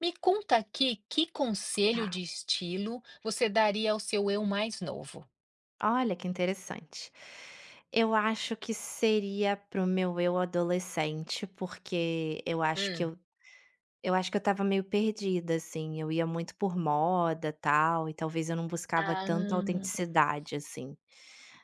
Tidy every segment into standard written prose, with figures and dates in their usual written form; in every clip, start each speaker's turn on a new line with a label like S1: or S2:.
S1: Me conta aqui, que
S2: Tá,
S1: conselho de estilo você daria ao seu eu mais novo?
S2: olha que interessante. Eu acho que seria pro meu eu adolescente, porque eu acho que
S1: Hum.
S2: eu Eu acho que eu estava meio perdida, assim, eu ia muito por moda, tal, e talvez eu não buscava tanta
S1: Ah.
S2: autenticidade, assim.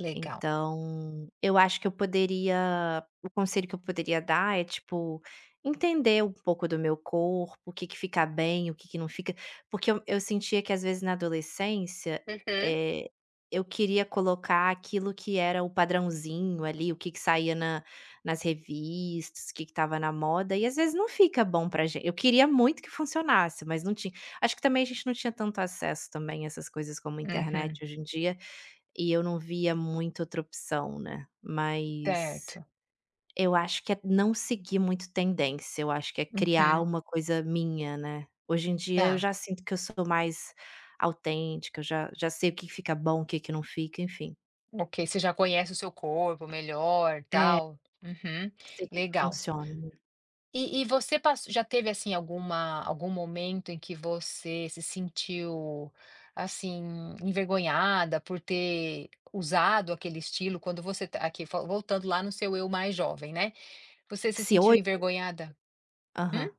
S1: Legal.
S2: Então, eu acho que eu poderia o conselho que eu poderia dar é, tipo, entender um pouco do meu corpo, o que que fica bem, o que que não fica, porque eu sentia que às vezes na adolescência,
S1: Uhum.
S2: eh, eu queria colocar aquilo que era o padrãozinho ali, o que que saía na nas revistas, o que que estava na moda e às vezes não fica bom pra gente. Eu queria muito que funcionasse, mas não tinha. Acho que também a gente não tinha tanto acesso também a essas coisas como
S1: Uhum.
S2: internet hoje em dia, e eu não via muito outra opção, né. Mas
S1: Certo.
S2: eu acho que é não seguir muito tendência, eu acho que é criar
S1: Uhum.
S2: uma coisa minha, né. Hoje em dia eu
S1: Tá.
S2: já sinto que eu sou mais autêntica, eu já sei o que que fica bom, o que que não fica, enfim.
S1: Ok, você já conhece o seu corpo melhor,
S2: É,
S1: tal. Uhum.
S2: sei o que que
S1: Legal.
S2: funciona, né.
S1: E você pass já teve, assim, algum momento em que você se sentiu, assim, envergonhada por ter usado aquele estilo quando você ta aqui, fo voltando lá no seu eu mais jovem, né? Você se
S2: Se
S1: sentiu
S2: hoje
S1: envergonhada? Hum?
S2: Aham.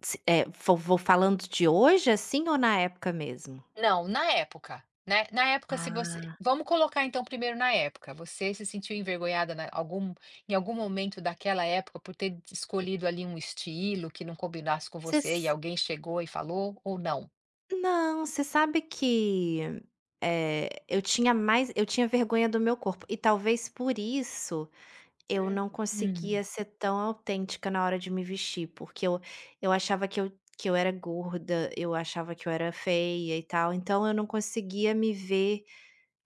S2: Se vou falando de hoje, assim, ou na época mesmo?
S1: Não, na época, né, na época se você,
S2: Ah.
S1: vamos colocar então primeiro na época, você se sentiu envergonhada na algum em algum momento daquela época por ter escolhido ali um estilo que não combinasse com
S2: Você
S1: você e
S2: s
S1: alguém chegou e falou ou não?
S2: Não, você sabe que, eu tinha vergonha do meu corpo e talvez por isso eu não
S1: Hum,
S2: conseguia ser tão autêntica na hora de me vestir, porque eu achava que eu era gorda, eu achava que eu era feia e tal, então eu não conseguia me ver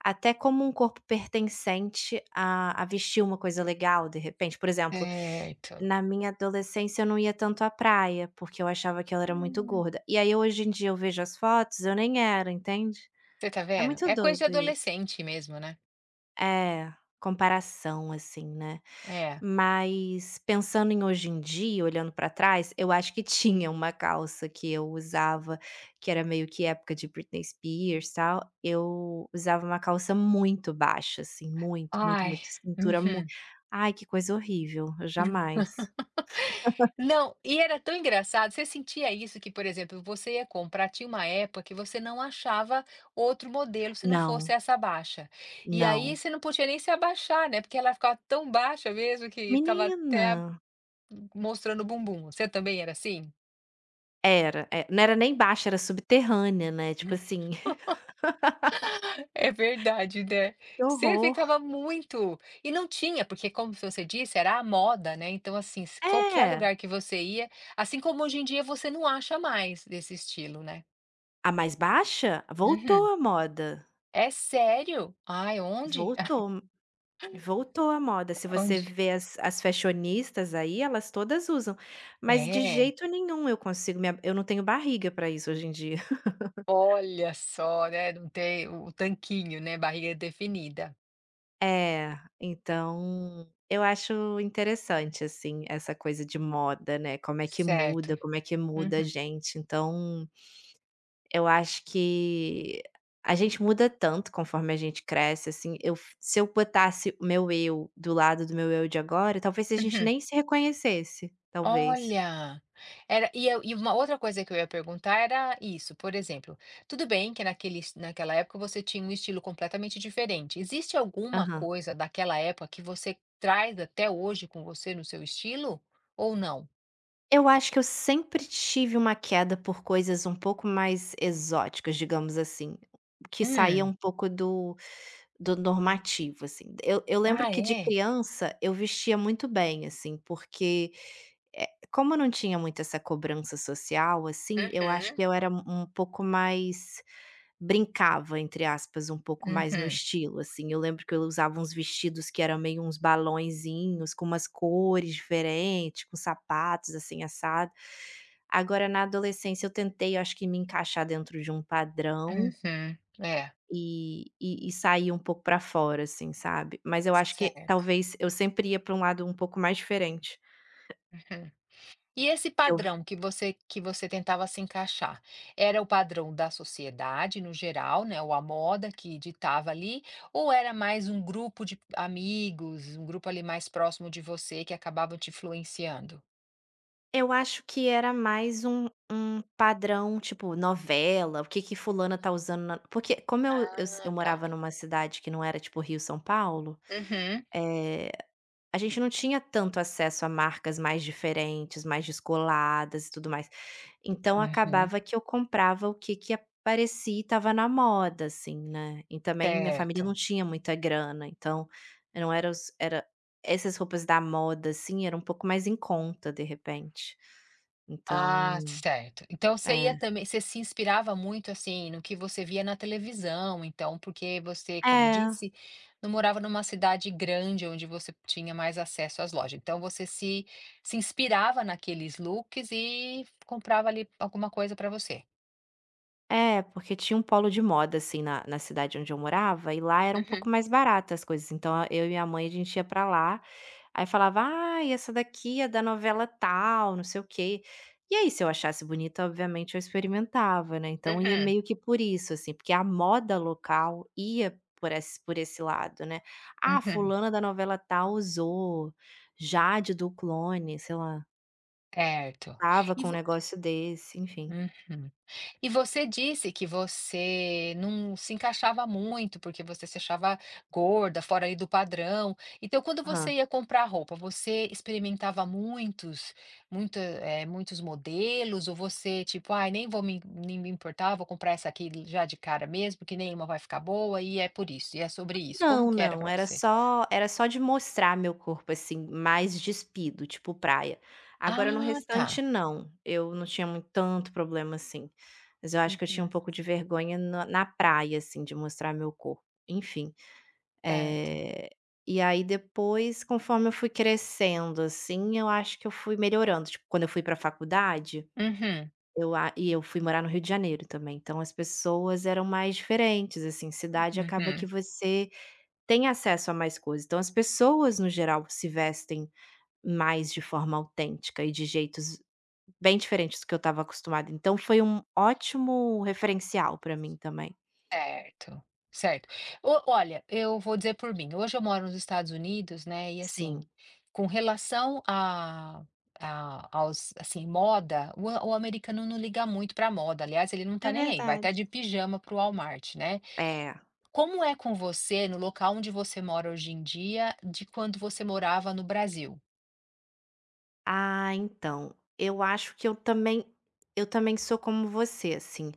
S2: até como um corpo pertencente a vestir uma coisa legal, de repente. Por exemplo,
S1: certo.
S2: na minha adolescência eu não ia tanto à praia, porque eu achava que ela era muito
S1: Hum,
S2: gorda. E aí hoje em dia eu vejo as fotos, eu nem era, entende?
S1: você tá
S2: É
S1: vendo?
S2: muito
S1: É coisa de
S2: doido isso.
S1: adolescente mesmo, né.
S2: É, comparação, assim, né.
S1: É.
S2: Mas pensando em hoje em dia, olhando pra trás, eu acho que tinha uma calça que eu usava, que era meio que época de Britney Spears, tal, eu usava uma calça muito baixa, assim, muito, muito,
S1: Ai,
S2: muito, cintura mu
S1: uhum.
S2: Ai, que coisa horrível, eu jamais.
S1: Não, e era tão engraçado. Você sentia isso que, por exemplo, você ia comprar, tinha uma época que você não achava outro modelo se não fosse
S2: Não,
S1: essa baixa. E aí
S2: não.
S1: você não podia nem se abaixar, né, porque ela ficava tão baixa mesmo que ficava
S2: Menina!
S1: até mostrando o bumbum. Você também era assim?
S2: Era, é, não era nem baixa, era subterrânea, né, tipo assim,
S1: É verdade, né.
S2: que
S1: Você
S2: horror.
S1: ficava muito e não tinha, porque como você disse, era a moda, né, então assim, se qualquer
S2: É.
S1: lugar que você ia, assim como hoje em dia você não acha mais desse estilo, né.
S2: A mais baixa? Voltou
S1: Uhum.
S2: à moda,
S1: É sério? Ai, onde?
S2: voltou voltou à moda. Se você
S1: Onde?
S2: vê as fashionistas aí, elas todas usam, mas de
S1: É,
S2: jeito nenhum eu consigo me ab eu não tenho barriga para isso hoje em dia.
S1: olha só, né, não tem o tanquinho, né, barriga definida.
S2: É, então eu acho interessante, assim, essa coisa de moda, né, como é que
S1: Certo.
S2: muda, como é que muda a
S1: Uhum,
S2: gente. Então eu acho que a gente muda tanto conforme a gente cresce, assim, eu f se eu botasse o meu eu do lado do meu eu de agora, talvez a gente
S1: uhum.
S2: nem se reconhecesse, talvez.
S1: Olha, era e eu e uma outra coisa que eu ia perguntar era isso, por exemplo, tudo bem que naquele es naquela época você tinha um estilo completamente diferente, existe alguma
S2: Aham.
S1: coisa daquela época que você traz até hoje com você no seu estilo, ou não?
S2: Eu acho que eu sempre tive uma queda por coisas um pouco mais exóticas, digamos assim, que saía
S1: Hum.
S2: um pouco do normativo, assim. Eu lembro
S1: Ah,
S2: que de
S1: é?
S2: criança eu vestia muito bem, assim, porque como eu não tinha muito essa cobrança social, assim, eu acho que
S1: Uhum,
S2: eu era um pouco mais brincava, entre aspas, um pouco mais no
S1: uhum.
S2: estilo, assim. Eu lembro que eu usava uns vestidos que eram meio uns balõezinhos, com umas cores diferentes, com sapatos, assim, assado. Agora, na adolescência, eu tentei, eu acho que me encaixar dentro de um padrão
S1: Uhum. É.
S2: e sair um pouco pra fora, assim, sabe. Mas eu acho que
S1: Certo.
S2: talvez eu sempre ia pra um lado um pouco mais diferente.
S1: Uhum. E esse
S2: Que
S1: padrão que você tentava se encaixar, era o padrão da sociedade no geral, né, ou a moda que ditava ali, ou era mais um grupo de amigos, um grupo ali mais próximo de você que acabava te influenciando?
S2: eu acho que era mais um padrão, tipo, novela, o que que fulana tá usando na porque como eu
S1: Ah, tá.
S2: morava numa cidade que não era tipo Rio, São Paulo.
S1: Uhum.
S2: eh a gente não tinha tanto acesso a marcas mais diferentes, mais descoladas e tudo mais. Então
S1: Uhum.
S2: acabava que eu comprava o que que aparecia e estava na moda, assim, né. E também minha família
S1: Certo.
S2: não tinha muita grana, então não era os era essas roupas da moda, assim, era um pouco mais em conta, de repente.
S1: Ah,
S2: Então
S1: certo. Então você
S2: é.
S1: ia, também você se inspirava muito, assim, no que você via na televisão, então, porque você, como
S2: É,
S1: disse, não morava numa cidade grande onde você tinha mais acesso às lojas. Então você se inspirava naqueles looks e comprava ali alguma coisa para você.
S2: é, porque tinha um polo de moda, assim, na cidade onde eu morava, e lá era um pouco
S1: Uhum,
S2: mais barata as coisas, então eu e minha mãe, a gente ia pra lá. Aí falava: "Ah, essa daqui é da novela tal, não sei o quê". E aí, se eu achasse bonita, obviamente, eu experimentava, né, então ia
S1: uhum,
S2: meio que por isso, assim, porque a moda local ia por esse lado, né. "Ah,
S1: uhum,
S2: fulana da novela tal usou, Jade do Clone, sei lá,
S1: certo.
S2: tava
S1: E
S2: com um
S1: vo
S2: negócio desse", enfim.
S1: Uhum. E você disse que você não se encaixava muito, porque você se achava gorda, fora aí do padrão. Então, quando você ia comprar roupa, você experimentava muitos muitos modelos? Ou você, tipo: "Ai, nem me importar, vou comprar essa aqui já de cara mesmo, que nenhuma vai ficar boa, e é por isso, e é sobre isso"? Como
S2: Não,
S1: que era
S2: não,
S1: para
S2: era
S1: você?
S2: só era só de mostrar meu corpo, assim, mais despido, tipo praia. Agora no
S1: Ah, tá.
S2: restante não, eu não tinha muito tanto problema assim, mas eu acho que eu tinha um
S1: Uhum.
S2: pouco de vergonha na praia, assim, de mostrar meu corpo, enfim.
S1: Certo.
S2: Eh, e aí depois, conforme eu fui crescendo, assim, eu acho que eu fui melhorando, tipo, quando eu fui para faculdade,
S1: Uhum.
S2: eu a e eu fui morar no Rio de Janeiro também, então as pessoas eram mais diferentes, assim, cidade acaba
S1: Uhum.
S2: que você tem acesso a mais coisas. Então as pessoas, no geral, se vestem mais de forma autêntica e de jeitos bem diferentes do que eu estava acostumada. Então foi um ótimo referencial para mim também.
S1: Certo, certo. O Olha, eu vou dizer por mim, hoje eu moro nos Estados Unidos, né, e assim,
S2: Sim.
S1: com relação a aos assim, moda, o americano não liga muito para moda, aliás, ele não tá
S2: É
S1: nem aí, vai
S2: verdade.
S1: até de pijama pro Walmart, né.
S2: É.
S1: Como é com você, no local onde você mora hoje em dia, de quando você morava no Brasil?
S2: Ah, então, eu acho que eu também sou como você, assim,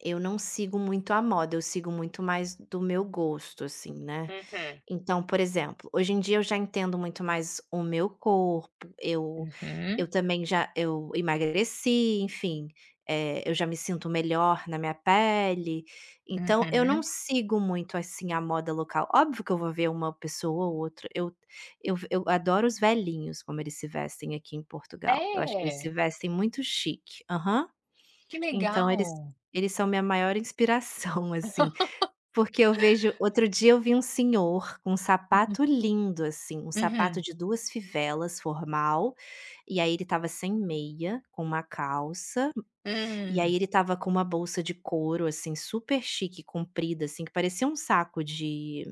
S2: eu não sigo muito a moda, eu sigo muito mais do meu gosto, assim, né.
S1: Uhum.
S2: Então, por exemplo, hoje em dia eu já entendo muito mais o meu corpo, eu
S1: Uhum,
S2: eu também já eu emagreci, enfim, eu já me sinto melhor na minha pele, então eu não
S1: uhum.
S2: sigo muito, assim, a moda local. Óbvio que eu vou ver uma pessoa ou outra, eu adoro os velhinhos como eles se vestem aqui em Portugal, eu acho que eles
S1: É,
S2: se vestem muito chique. Aham.
S1: que
S2: Então eles
S1: legal.
S2: eles são minha maior inspiração, assim, porque eu vejo outro dia eu vi um senhor com um
S1: Uhum,
S2: sapato lindo, assim, um sapato
S1: uhum.
S2: de 2 fivelas formal, e aí ele estava sem meia, com uma calça, e
S1: Hum,
S2: aí ele estava com uma bolsa de couro, assim, super chique, comprida, assim, que parecia um saco de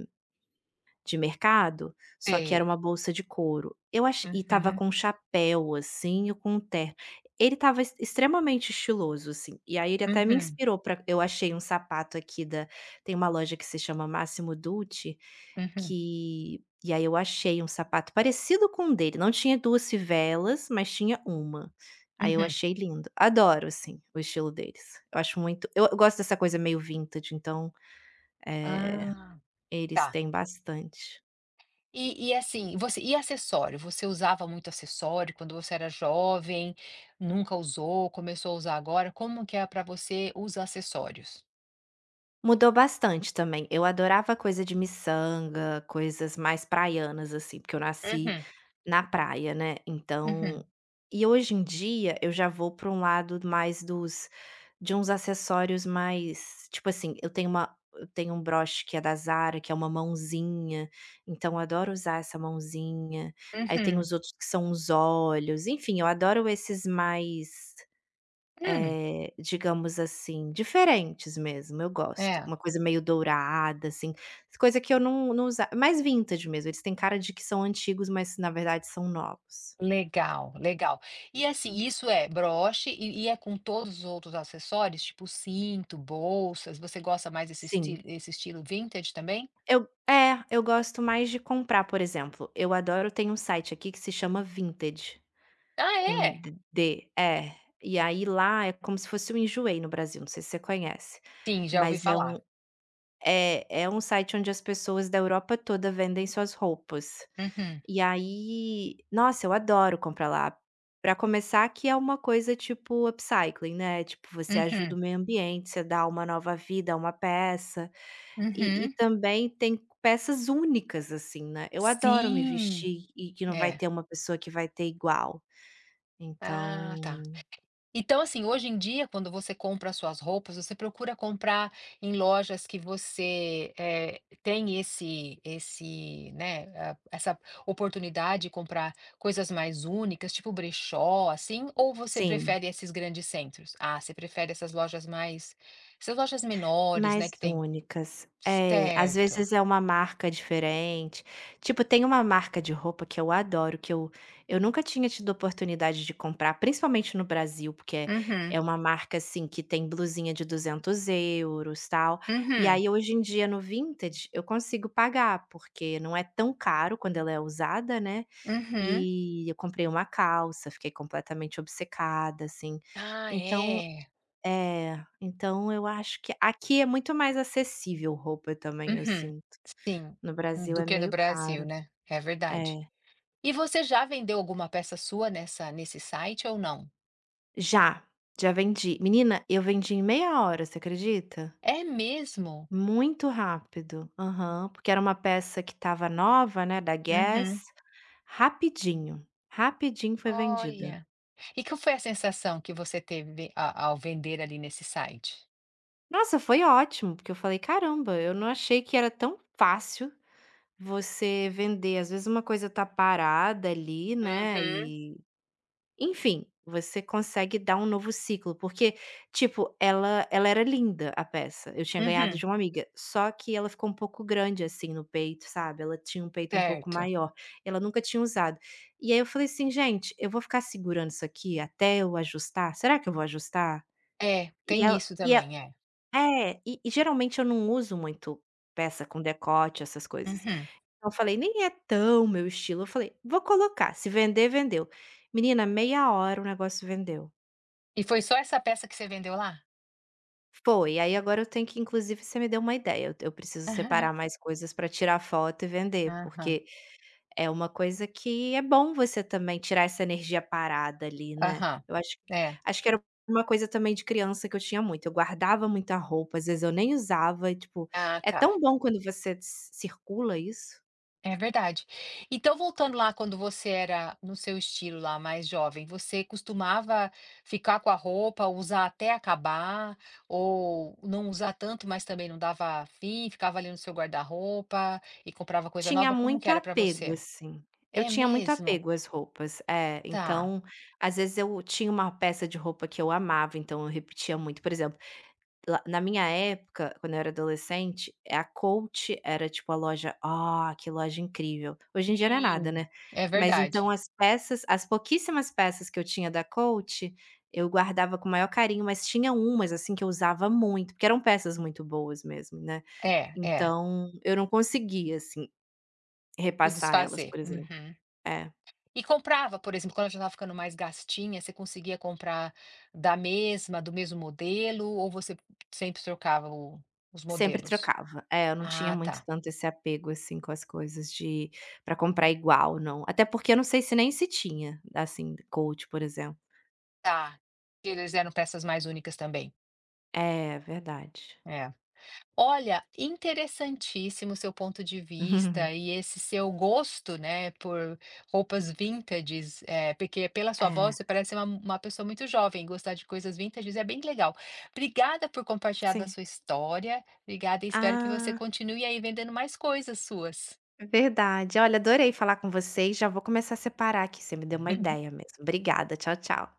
S2: de mercado, só que era uma
S1: sei.
S2: bolsa de couro. Eu ach E tava
S1: Uhum.
S2: com um chapéu, assim, e com um terno. Ele tava ex extremamente estiloso, assim, e aí ele até me
S1: Uhum,
S2: inspirou para. Eu achei um sapato aqui da tem uma loja que se chama Máximo Dutti,
S1: uhum,
S2: que e aí eu achei um sapato parecido com um dele, não tinha 2 fivelas, mas tinha uma. Aí eu
S1: uhum.
S2: achei lindo. Adoro, assim, o estilo deles. Eu acho muito eu gosto dessa coisa meio vintage, então
S1: Ah,
S2: eles
S1: tá.
S2: têm bastante.
S1: E assim, você e acessório? Você usava muito acessório quando você era jovem? Nunca usou? Começou a usar agora? Como que é para você os acessórios?
S2: Mudou bastante também. Eu adorava coisa de miçanga, coisas mais praianas, assim, porque eu nasci
S1: Uhum,
S2: na praia, né, então,
S1: uhum,
S2: e hoje em dia eu já vou para um lado mais dos de uns acessórios mais tipo assim, eu tenho um broche que é da Zara, que é uma mãozinha, então eu adoro usar essa mãozinha. Aí tem
S1: uhum.
S2: os outros que são uns olhos, enfim, eu adoro esses mais
S1: Hum,
S2: digamos assim, diferentes mesmo, eu gosto.
S1: é.
S2: Uma coisa meio dourada, assim, coisa que eu não usa mais vintage mesmo, eles têm cara de que são antigos, mas na verdade são novos.
S1: Legal, legal. E assim, isso é broche e é com todos os outros acessórios? Tipo cinto, bolsas? Você gosta mais desse estilo
S2: Sim,
S1: esse estilo vintage também?
S2: eu gosto mais de comprar, por exemplo, eu adoro, tem um site aqui que se chama vintage
S1: Ah,
S2: com
S1: é?
S2: d d é, e aí lá é como se fosse o Enjoei no Brasil, não sei se você conhece,
S1: Sim, já ouvi
S2: mas é um
S1: falar.
S2: é é um site onde as pessoas da Europa toda vendem suas roupas.
S1: Uhum,
S2: E aí, nossa, eu adoro comprar lá. Pra começar que é uma coisa tipo upcycling, né, tipo você ajuda
S1: uhum.
S2: o meio ambiente, você dá uma nova vida a uma peça, e
S1: Uhum.
S2: também tem peças únicas, assim, né. Eu adoro me
S1: Sim,
S2: vestir e que não vai
S1: é.
S2: ter uma pessoa que vai ter igual,
S1: Ah, tá.
S2: então
S1: Então, assim, hoje em dia, quando você compra suas roupas, você procura comprar em lojas que você, tem né, essa oportunidade de comprar coisas mais únicas, tipo brechó, assim, ou você
S2: sim.
S1: prefere esses grandes centros? Ah, você prefere essas lojas mais, essas lojas menores, né,
S2: Mais
S1: que tem.
S2: únicas. É, às
S1: Certo.
S2: vezes é uma marca diferente. Tipo, tem uma marca de roupa que eu adoro, que eu nunca tinha tido oportunidade de comprar, principalmente no Brasil, porque é
S1: Uhum,
S2: é uma marca, assim, que tem blusinha de € 200 tal. E
S1: uhum,
S2: aí, hoje em dia, no vintage eu consigo pagar, porque não é tão caro quando ela é usada, né.
S1: uhum.
S2: E eu comprei uma calça, fiquei completamente obcecada, assim.
S1: Ah,
S2: Então
S1: é.
S2: então eu acho que aqui é muito mais acessível roupa também, eu
S1: Uhum.
S2: sinto.
S1: Sim,
S2: No Brasil
S1: do
S2: é
S1: que no
S2: meio
S1: Brasil,
S2: caro.
S1: né, é verdade.
S2: É.
S1: E você já vendeu alguma peça sua nessa nesse site ou não?
S2: Já, já vendi. Menina, eu vendi em meia hora, você acredita?
S1: É mesmo?
S2: Muito rápido. Aham, porque era uma peça que estava nova, né, da Guess.
S1: Uhum.
S2: Rapidinho, rapidinho foi vendida.
S1: Olha, e qual foi a sensação que você teve a ao vender ali nesse site?
S2: Nossa, foi ótimo, porque eu falei: "Caramba, eu não achei que era tão fácil você vender". Às vezes uma coisa tá parada ali, né,
S1: Uhum.
S2: enfim, você consegue dar um novo ciclo, porque, tipo, ela era linda, a peça, eu tinha ganhado
S1: Uhum.
S2: de uma amiga, só que ela ficou um pouco grande, assim, no peito, sabe, ela tinha um peito um pouco
S1: Certo.
S2: maior, ela nunca tinha usado. E aí eu falei assim: "Gente, eu vou ficar segurando isso aqui até eu ajustar? Será que eu vou ajustar?"
S1: É, tem isso
S2: E ela
S1: também, é.
S2: é, e geralmente eu não uso muito peça com decote, essas coisas.
S1: Uhum.
S2: Eu falei: "Nem é tão meu estilo", eu falei: "Vou colocar, se vender, vendeu". Menina, meia hora o negócio vendeu.
S1: E foi só essa peça que você vendeu lá?
S2: Foi, aí agora eu tenho que inclusive você me deu uma ideia, eu preciso separar mais coisas para tirar foto e vender,
S1: Aham.
S2: porque é uma coisa que é bom você também tirar essa energia parada ali, né.
S1: Aham.
S2: Eu acho
S1: É.
S2: acho que era uma coisa também de criança que eu tinha muito, eu guardava muita roupa, às vezes eu nem usava e tipo,
S1: Ah,
S2: é
S1: tá.
S2: tão bom quando você ci circula isso.
S1: É verdade. Então, voltando lá quando você era no seu estilo lá, mais jovem, você costumava ficar com a roupa, usar até acabar, ou não usar tanto, mas também não dava fim, ficava ali no seu guarda-roupa e comprava coisa
S2: Tinha
S1: nova? Como que
S2: muito
S1: era para
S2: apego,
S1: você?
S2: assim. Eu
S1: É
S2: tinha muito
S1: mesmo?
S2: apego às roupas, é.
S1: Tá.
S2: Então, às vezes eu tinha uma peça de roupa que eu amava, então eu repetia muito. Por exemplo, lá na minha época, quando eu era adolescente, a Coach era tipo a loja "Ah, que loja incrível". Hoje em dia não é nada,
S1: Sim.
S2: né.
S1: É
S2: Mas então
S1: verdade.
S2: as pouquíssimas peças que eu tinha da Coach, eu guardava com o maior carinho, mas tinha umas, assim, que eu usava muito, porque eram peças muito boas mesmo, né.
S1: É, é.
S2: Então eu não conseguia, assim.
S1: Se
S2: Repassar elas,
S1: desfazer.
S2: por exemplo.
S1: Uhum.
S2: É,
S1: E comprava, por exemplo, quando eu já estava ficando mais gastinha, você conseguia comprar da mesma do mesmo modelo ou você sempre trocava o os
S2: sempre
S1: modelos?
S2: trocava. É, eu não tinha
S1: Ah,
S2: muito
S1: tá.
S2: tanto esse apego, assim, com as coisas de para comprar igual, não. Até porque eu não sei se nem se tinha, assim, Coach, por exemplo.
S1: Tá. Eles eram peças mais únicas também.
S2: É, verdade.
S1: É. Olha, interessantíssimo o seu ponto de vista e esse seu gosto, né, por roupas vintages, porque pela sua
S2: É,
S1: voz você parece uma pessoa muito jovem, gostar de coisas vintages é bem legal. Obrigada por compartilhar da
S2: sim.
S1: sua história, obrigada e espero que você
S2: Ah,
S1: continue aí vendendo mais coisas suas.
S2: verdade. Olha, adorei falar com vocês. Já vou começar a separar aqui, você me deu uma ideia mesmo. Obrigada, tchau, tchau.